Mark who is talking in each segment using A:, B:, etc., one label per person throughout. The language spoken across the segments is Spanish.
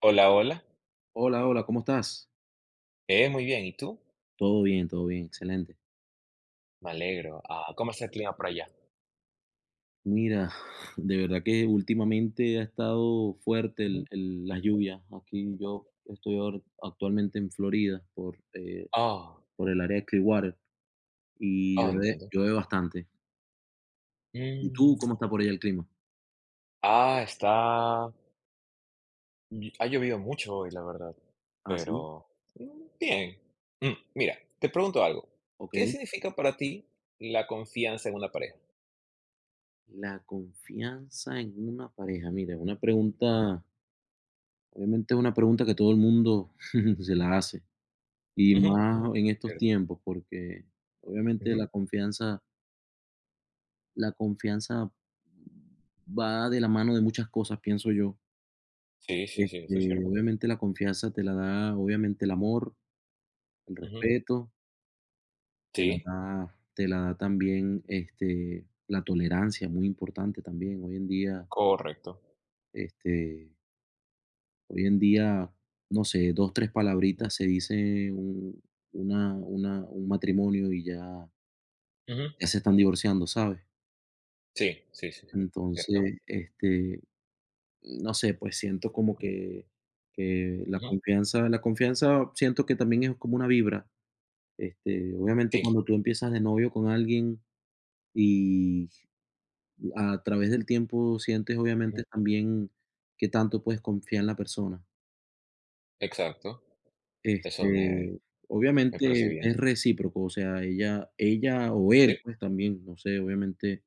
A: Hola, hola.
B: Hola, hola, ¿cómo estás?
A: Muy bien, ¿y tú?
B: Todo bien, excelente.
A: Me alegro. Ah, ¿cómo está el clima por allá?
B: Mira, de verdad que últimamente ha estado fuerte
A: Ujú.
B: las lluvias. Aquí yo estoy ahora actualmente en Florida
A: Ah,
B: por el área de Clearwater y
A: ah,
B: llueve,
A: entiendo.
B: llueve bastante. ¿Y
A: Mm,
B: tú cómo está por allá el clima?
A: ah, está... Ha llovido mucho hoy, la verdad,
B: ¿Ah, sí?
A: pero bien. Mira, te pregunto algo.
B: Ok.
A: ¿Qué significa para ti la confianza en una pareja?
B: La confianza en una pareja. Mira, una pregunta, obviamente es una pregunta que todo el mundo se la hace. Y
A: Ujú,
B: más en estos
A: cierto.
B: tiempos, porque obviamente
A: Ujú.
B: la confianza va de la mano de muchas cosas, pienso yo.
A: Sí, sí, sí, eso es
B: Este,
A: cierto.
B: obviamente la confianza te la da, obviamente el amor, el
A: Ujú.
B: respeto, te la
A: Sí,
B: da, te la da también la tolerancia, muy importante también.
A: correcto.
B: Este, hoy en día, no sé, dos, tres palabritas se dice un matrimonio y ya,
A: Ujú.
B: ya se están divorciando, ¿sabes?
A: Sí, sí, sí, sí, cierto.
B: Entonces, no sé, pues siento como que la
A: Ujú.
B: confianza la confianza siento que también es como una vibra. Obviamente,
A: Sí,
B: cuando tú empiezas de novio con alguien y a través del tiempo sientes,
A: ujú.
B: obviamente, también que tanto puedes confiar en la persona.
A: Exacto. Eso me,
B: Este,
A: me parece
B: obviamente
A: bien.
B: es recíproco, o sea, ella o él, pues, también, no sé, obviamente,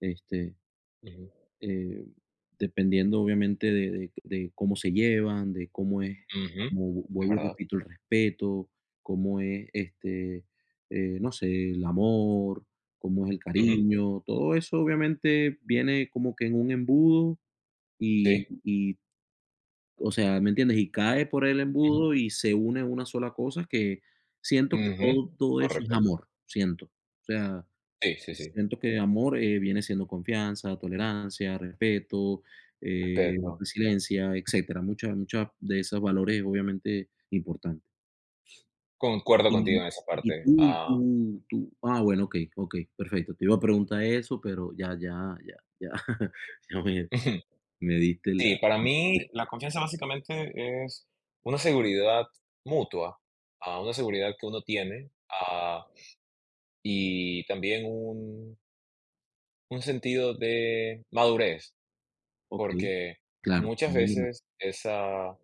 B: este
A: Sí.
B: eh, dependiendo obviamente de cómo se llevan, de cómo es,
A: Ujú.
B: como
A: Es
B: vuelvo y
A: verdad.
B: repito, el respeto, cómo es, no sé, el amor, cómo es el
A: Ujú.
B: cariño, todo eso obviamente viene como que en un embudo y
A: Sí.
B: y, o sea, ¿me entiendes? Y cae por el
A: Ujú.
B: embudo y se une en una sola cosa que siento que
A: Ujú.
B: todo eso es
A: Correcto.
B: amor, siento. O sea,
A: Sí, sí, sí.
B: siento que amor, viene siendo confianza, tolerancia, respeto,
A: Respeto.
B: resiliencia, etcétera. Muchas de esos valores, obviamente, importantes.
A: Concuerdo contigo
B: Y
A: en esa
B: y
A: parte.
B: tú y tú tú ah, bueno, okey, okey, perfecto. Te iba a preguntar eso, pero ya ya me
A: Ujú.
B: me diste
A: Sí,
B: la.
A: para mí la confianza básicamente es una seguridad mutua, una seguridad que uno tiene, y también un sentido de madurez,
B: Okey,
A: porque
B: claro,
A: muchas
B: también es verdad.
A: veces esa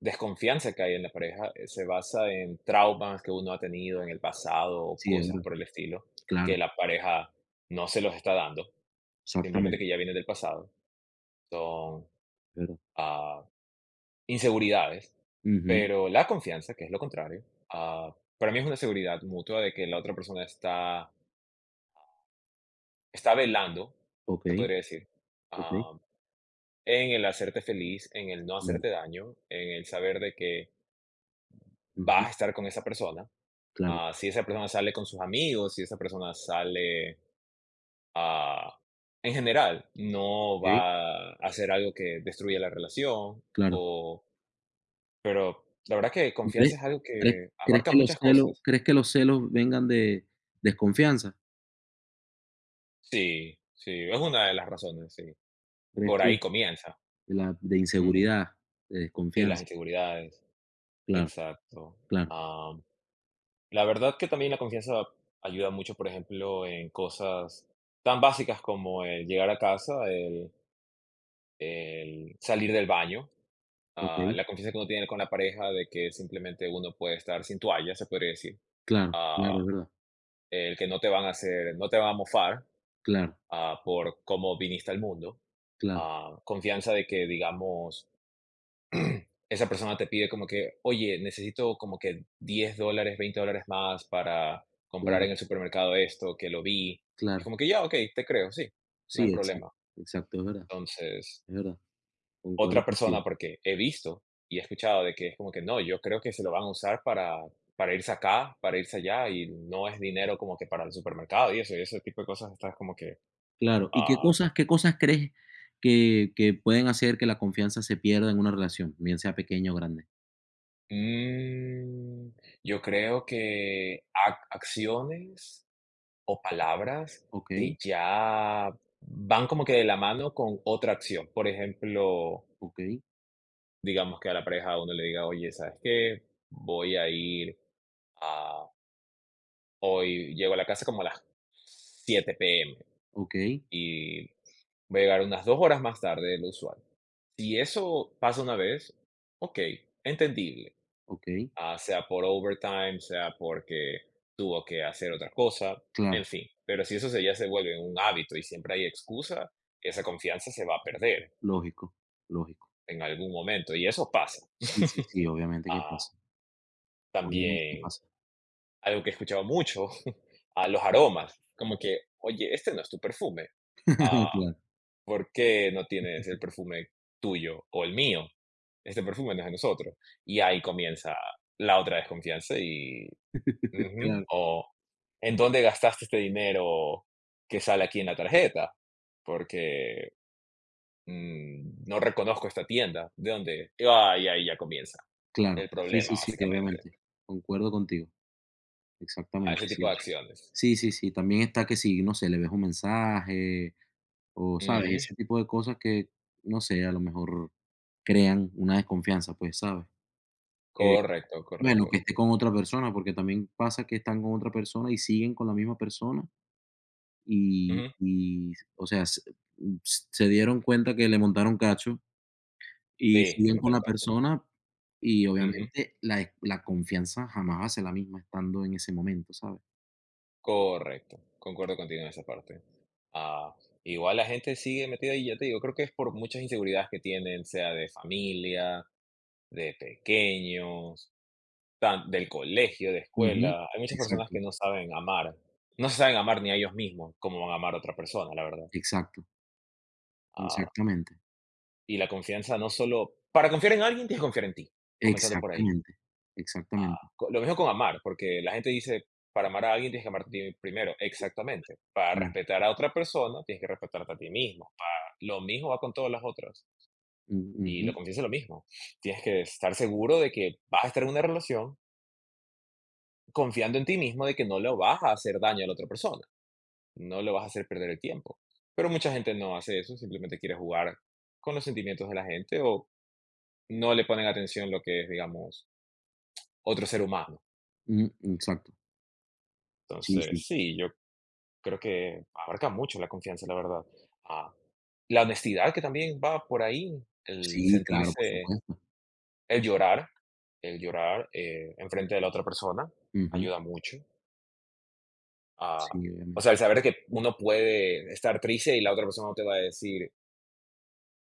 A: Desconfianza que hay en la pareja, se basa en traumas que uno ha tenido en el pasado o
B: Sí, es
A: cosas
B: verdad.
A: por el estilo, que
B: Claro,
A: la pareja no se los está dando, simplemente
B: exactamente,
A: que ya viene del pasado. Son,
B: es verdad.
A: ah, inseguridades,
B: Ujú.
A: pero la confianza, que es lo contrario, para mí es una seguridad mutua de que la otra persona está velando, se
B: Okey,
A: podría decir,
B: okey,
A: ah, en el hacerte feliz, en el no
B: claro.
A: hacerte daño, en el saber de que vas
B: Ujú,
A: a estar con esa persona.
B: claro.
A: Si esa persona sale con sus amigos, si esa persona sale, ah, en general, no
B: Okey,
A: va a hacer algo que destruya la relación.
B: claro.
A: o, pero la verdad que
B: crees?
A: confianza es algo
B: ¿Crees
A: que
B: crees
A: abarca
B: que los
A: muchas
B: celos
A: cosas.
B: crees que los celos vengan de desconfianza?
A: Sí, sí, es una de las razones, sí.
B: ¿Crees
A: Por
B: tú?
A: ahí comienza.
B: De la de
A: Ujú.
B: inseguridad, de
A: Sí, las
B: desconfianza.
A: inseguridades,
B: Claro,
A: exacto.
B: claro.
A: Am, la verdad que también la confianza ayuda mucho, por ejemplo, en cosas tan básicas como el llegar a casa, el salir del baño.
B: Okey.
A: La confianza que uno tiene con la pareja de que simplemente uno puede estar sin toalla, se podría decir.
B: Claro, claro,
A: Ah,
B: es verdad.
A: el que no te van a hacer, no te van a mofar,
B: Claro,
A: por cómo viniste al mundo.
B: claro,
A: Confianza de que, digamos, esa persona te pide como que, oye, necesito como que 10 dólares, 20 dólares más para comprar
B: claro,
A: en el supermercado esto, que lo vi. Es
B: claro.
A: como que ya, ok, te creo, sí, no
B: Sí,
A: hay
B: exacto,
A: problema.
B: exacto, es verdad,
A: Entonces,
B: es verdad. Concuerdo
A: otra
B: contigo.
A: persona, porque he visto y he escuchado de que es como que no, yo creo que se lo van a usar para irse acá, para irse allá, y no es dinero como que para el supermercado y eso, y ese tipo de cosas estás como que,
B: Claro, ¿y qué
A: ah,
B: cosas qué cosas crees que pueden hacer que la confianza se pierda en una relación, bien sea pequeña o grande?
A: mm, yo creo que acciones o palabras
B: Okey,
A: que ya van como que de la mano con otra acción. Por ejemplo,
B: okey,
A: digamos que a la pareja uno le diga, oye, ¿sabes qué? Voy a ir Hoy llego a la casa como a las 7 p. m.
B: okey,
A: y voy a llegar unas 2 horas más tarde de lo usual. Si eso pasa una vez, okey, entendible,
B: okey.
A: sea por overtime, sea porque tuvo que hacer otra cosa, en
B: Claro,
A: fin, pero si eso se ya se vuelve un hábito y siempre hay excusa, esa confianza se va a perder
B: lógico, lógico.
A: en algún momento y eso pasa.
B: Sí, sí, sí, obviamente que
A: Ah,
B: pasa, obviamente que
A: también
B: pasa.
A: algo que he escuchado mucho, a los aromas, como que: "Oye, este no es tu perfume". Ah,
B: Claro,
A: ¿Por qué no tienes el perfume tuyo o el mío? Este perfume no es de nosotros. Y ahí comienza la otra desconfianza y, ujú,
B: claro,
A: o ¿en dónde gastaste este dinero que sale aquí en la tarjeta? Porque, no reconozco esta tienda, ¿de dónde? Y ahí ya comienza
B: claro.
A: el
B: Sí,
A: problema,
B: sí, sí,
A: básicamente.
B: obviamente. Concuerdo contigo.
A: A
B: Exactamente,
A: ese tipo
B: sí.
A: de acciones.
B: Sí, sí, sí. También está que si, no sé, le ves un mensaje o, ¿sabes?
A: Ujú,
B: Ese tipo de cosas que, no sé, a lo mejor crean una desconfianza, pues, ¿sabes? Que,
A: correcto,
B: bueno,
A: correcto.
B: que esté con otra persona, porque también pasa que están con otra persona y siguen con la misma persona y
A: Ujú,
B: y, o sea, se dieron cuenta que le montaron cacho. Y
A: sí, le
B: siguen con
A: montaron
B: la
A: cacho.
B: persona y
A: Ujú.
B: obviamente la confianza jamás va a ser la misma estando en ese momento, ¿sabes?
A: Correcto, concuerdo contigo en esa parte. Ah, igual la gente sigue metida y ya te digo, creo que es por muchas inseguridades que tienen, sea de familia, de pequeños, del colegio, de
B: Ujú.
A: escuela. Hay muchas personas
B: Exacto,
A: que no saben amar, no se saben amar ni a ellos mismos, cómo van a amar a otra persona, la verdad.
B: exacto,
A: Ah,
B: exactamente,
A: y la confianza no solo, para confiar en alguien tienes que confiar en ti, comenzando por ahí.
B: exactamente, exactamente.
A: Co lo mismo con amar, porque la gente dice: "Para amar a alguien tienes que amarte a ti primero". Exactamente. Para
B: Mm,
A: respetar a otra persona, tienes que respetarte a ti mismo. Para lo mismo va con todas las otras.
B: mm,
A: Y la
B: ujú,
A: confianza es lo mismo. Tienes que estar seguro de que vas a estar en una relación confiando en ti mismo de que no le vas a hacer daño a la otra persona, no le vas a hacer perder el tiempo. Pero mucha gente no hace eso, simplemente quiere jugar con los sentimientos de la gente o no le ponen atención lo que es, digamos, otro ser humano.
B: mm, exacto. Sí, sí.
A: Entonces, sí, yo creo que abarca mucho la confianza, la verdad. Ah, la honestidad que también va por ahí, el
B: Sí, claro, por
A: sentirse,
B: supuesto.
A: el llorar, el llorar enfrente de la otra persona
B: Ujú.
A: ayuda mucho. Ah,
B: Sí,
A: o
B: obviamente.
A: sea, el saber que uno puede estar triste y la otra persona no te va a decir,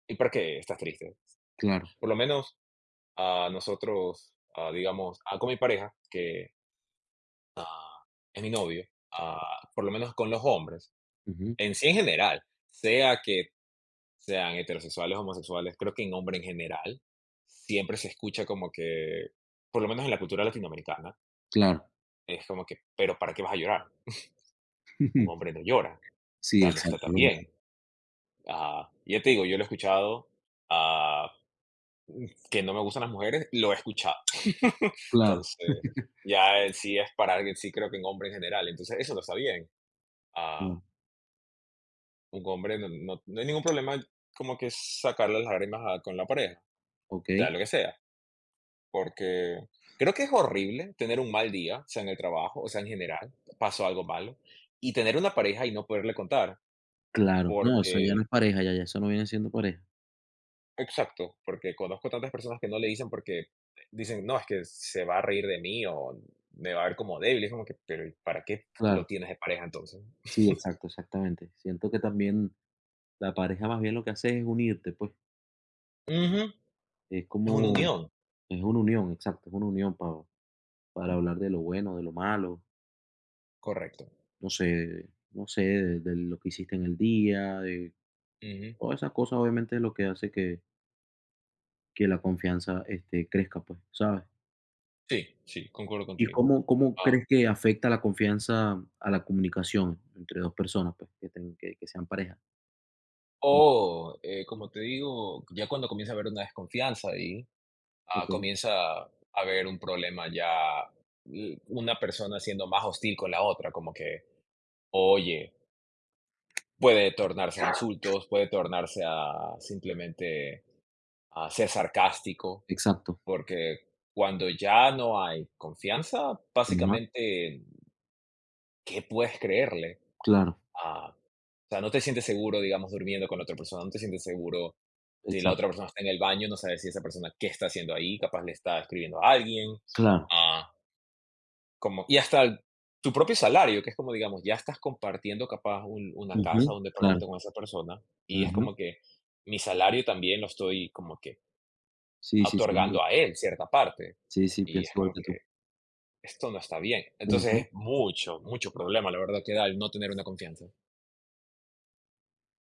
A: ¿y por qué estás triste?
B: Claro.
A: Por lo menos a nosotros, digamos, con mi pareja, que ah, es mi novio, por lo menos con los hombres,
B: Ujú.
A: en sí en general, sea que sean heterosexuales, homosexuales, creo que en hombre en general, siempre se escucha como que, por lo menos en la cultura latinoamericana,
B: Claro.
A: es como que, pero ¿para qué vas a llorar? Un hombre no llora, o
B: Sí,
A: sea, no está
B: exacto,
A: tan
B: verdad.
A: bien. Y ya te digo, yo lo he escuchado, ah, que no me gustan las mujeres, lo he escuchado.
B: Claro,
A: Entonces, ya en sí es para alguien, sí creo que en hombre en general, entonces eso no está bien. Ah,
B: claro.
A: un hombre no, no, no hay ningún problema como que sacarle las lágrimas con la pareja, sea
B: Okey.
A: lo que sea. Porque creo que es horrible tener un mal día, sea en el trabajo, o sea, en general, pasó algo malo, y tener una pareja y no poderle contar,
B: Claro. No, eso ya no
A: porque
B: es pareja, ya eso no viene siendo pareja.
A: exacto, porque conozco tantas personas que no le dicen porque dicen, no, es que se va a reír de mí o me va a ver como débil, es como que, pero ¿para qué
B: Claro.
A: lo tienes de pareja entonces?
B: Sí, exacto, exactamente. Siento que también la pareja más bien lo que hace es unirte, pues,
A: Ujú,
B: es
A: es una
B: como
A: unión,
B: es una unión, exacto, es una unión para hablar de lo bueno, de lo malo,
A: correcto.
B: no sé, de lo que hiciste en el día, de
A: Ujú.
B: todas esas cosas, obviamente, es lo que hace que la confianza, crezca, pues, ¿sabes?
A: Sí, sí, concuerdo
B: ¿Y
A: contigo.
B: cómo
A: Ah,
B: crees que afecta la confianza a la comunicación entre 2 personas, pues, que ten que sean pareja? Mm,
A: Como te digo, ya cuando comienza a haber una desconfianza ahí,
B: okey,
A: comienza a haber un problema ya, una persona siendo más hostil con la otra, como que, oye, puede tornarse a insultos, puede tornarse a simplemente a ser sarcástico,
B: exacto.
A: porque cuando ya no hay confianza,
B: Ajá,
A: básicamente, ¿qué puedes creerle?
B: claro,
A: Ah, o sea, no te sientes seguro, digamos, durmiendo con la otra persona, no te sientes seguro. Si la otra
B: exacto,
A: persona está en el baño, no sabes si esa persona qué está haciendo ahí, capaz le está escribiendo a alguien.
B: claro.
A: ah, Como, y hasta tu propio salario, que es como, digamos, ya estás compartiendo capaz una casa,
B: Ujú,
A: un
B: claro,
A: departamento con esa persona, y es
B: ujú.
A: como que mi salario también lo estoy como que
B: Sí, sí, sí.
A: otorgando a él cierta parte.
B: Sí, sí,
A: Y es
B: pienso igual
A: como
B: que tú.
A: que esto no está bien.
B: Ujú.
A: Entonces es mucho, mucho problema, la verdad, que da el no tener una confianza.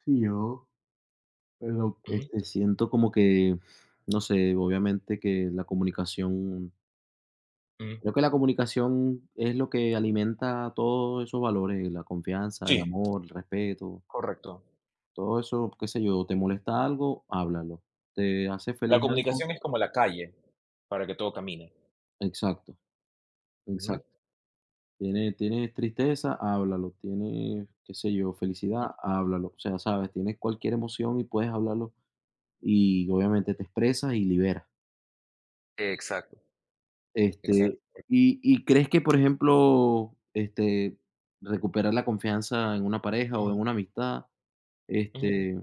B: Sí, yo, pero,
A: Ujú,
B: Este, siento como que, no sé, obviamente que la comunicación
A: ujú.
B: creo que la comunicación es lo que alimenta todos esos valores, la confianza,
A: Sí,
B: el amor, el respeto,
A: correcto.
B: todo eso, qué sé yo, te molesta algo, háblalo, te hace
A: La
B: feliz algo,
A: comunicación es como la calle para que todo camine.
B: exacto,
A: Ujú.
B: exacto. Tienes tristeza, háblalo, tienes, qué sé yo, felicidad, háblalo, o sea, ¿sabes? Tienes cualquier emoción y puedes hablarlo. Y obviamente te expresas y liberas.
A: Exacto,
B: Este,
A: exacto.
B: y crees que, por ejemplo, recuperar la confianza en una pareja o en
A: Ujú,
B: una amistad,
A: ujú.
B: este,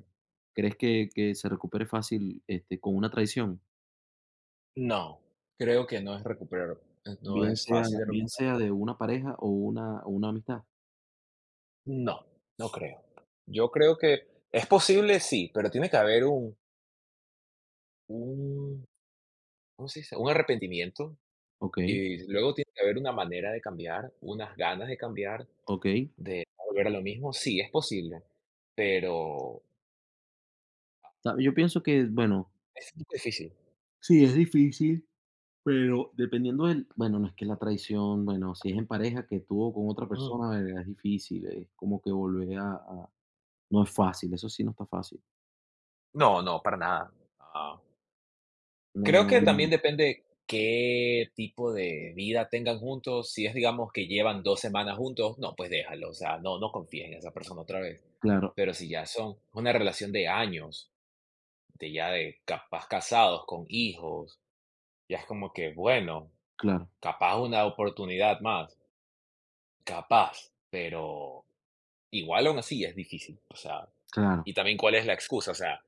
B: ¿crees que se recupere fácil, con una traición?
A: No, creo que no es recuperar, no
B: Bien
A: es
B: sea
A: fácil.
B: bien sea de una pareja o una amistad.
A: No, no creo. Yo creo que es posible, sí, pero tiene que haber un, ¿cómo se dice? Un arrepentimiento
B: Okey,
A: y luego tiene que haber una manera de cambiar, unas ganas de cambiar,
B: okey.
A: de volver a lo mismo. Sí, es posible, pero
B: Ta yo pienso que, bueno,
A: es un difícil.
B: sí, es difícil, pero dependiendo del, bueno, no es que la traición, bueno, si es en pareja que tuvo con otra
A: Mm,
B: persona, verga, es difícil, es como que volver a. No es fácil, eso sí no está fácil.
A: no, no, para nada. Ah,
B: No,
A: Creo
B: no.
A: que
B: Sí. No.
A: también depende qué tipo de vida tengan juntos. Si es, digamos, que llevan 2 semanas juntos, no, pues déjalo. O sea, no, no confíes en esa persona otra vez.
B: Claro,
A: Pero si ya son una relación de años, de ya de capaz casados, con hijos, ya es como que, bueno,
B: claro,
A: capaz una oportunidad más, capaz, pero igual aún así es difícil, o sea,
B: claro.
A: y también cuál es la excusa, o sea,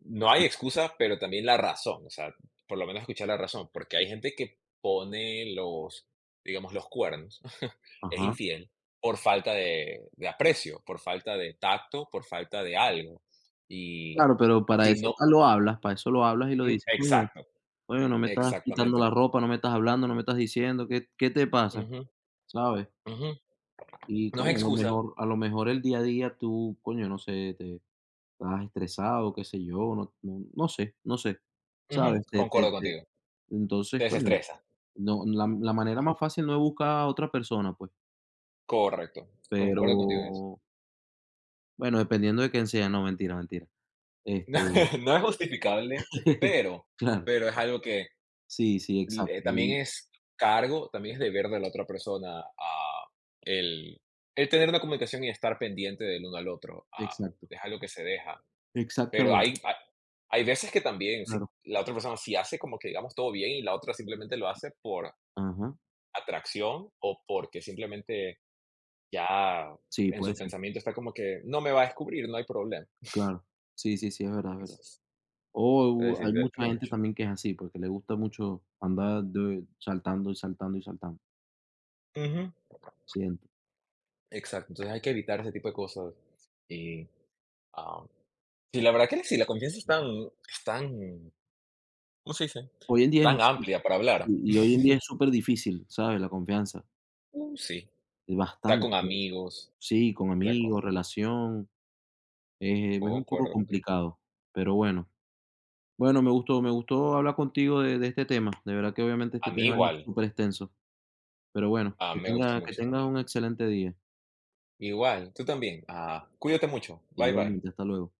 A: no hay excusa, pero también la razón, o sea, por lo menos escuchar la razón, porque hay gente que pone los, digamos, los cuernos, es
B: Ajá.
A: infiel, por falta de, aprecio, por falta de tacto, por falta de algo. Y
B: Claro, pero para
A: si
B: eso
A: no,
B: lo hablas, para eso lo hablas y lo
A: mm,
B: dices: "Coño,
A: exacto,
B: coño, no me estás quitando
A: exactamente.
B: la ropa, no me estás hablando, no me estás diciendo, ¿qué te pasa?",
A: Ujú,
B: ¿sabes?
A: ujú.
B: Y,
A: No es
B: coño, a lo
A: excusa.
B: mejor a lo mejor el día a día tú, coño, no sé, te estás estresado, qué sé yo, no sé,
A: Ujú,
B: ¿sabes? Te te
A: concuerdo
B: te
A: contigo.
B: entonces,
A: Te
B: coño,
A: desestresa.
B: no, la manera más fácil no es buscar a otra persona, pues,
A: Correcto.
B: pero
A: Concuerdo contigo en eso.
B: bueno, dependiendo de quién sea, no, mentira, mentira. Este,
A: No, no es justificable, pero
B: claro,
A: es algo que
B: sí, sí,
A: le
B: exacto, y
A: también es cargo, también es deber de la otra persona, el el tener una comunicación y estar pendiente del uno al otro,
B: exacto,
A: es algo que se deja. Pero
B: exactamente,
A: hay veces que también, si
B: claro,
A: la otra persona sí hace como que digamos todo bien y la otra simplemente lo hace por
B: ajá,
A: atracción o porque simplemente ya
B: sí,
A: en
B: puede
A: su
B: ser,
A: pensamiento está como que no me va a descubrir, no hay problema.
B: claro, sí, sí, sí, es verdad, es verdad.
A: Entonces,
B: O
A: es
B: u-
A: decir,
B: hay mucha
A: depende
B: gente
A: mucho.
B: también que es así, porque le gusta mucho andar de saltando y saltando y saltando,
A: Ujú,
B: siento.
A: exacto, entonces hay que evitar ese tipo de cosas. Y ah, sí, la verdad que sí, la confianza es tan, ¿cómo se dice?
B: Hoy en día es
A: Tan
B: así,
A: amplia para hablar.
B: y hoy en día es súper difícil, ¿sabes? La confianza,
A: Mm, sí,
B: es
A: sea
B: bastante,
A: con
B: ¿no?
A: amigos,
B: Sí, con
A: sea
B: amigos,
A: con,
B: relación, es un poco
A: concuerdo contigo.
B: complicado, pero bueno. Bueno, me gustó hablar contigo de este tema. De verdad que obviamente
A: A
B: este
A: mí
B: tema es
A: igual,
B: súper extenso. Pero bueno,
A: me gusta
B: que
A: mucho
B: tengas
A: también.
B: un excelente día.
A: Igual, tú también. Cuídate mucho. Bye
B: Igualmente,
A: bye.
B: hasta luego.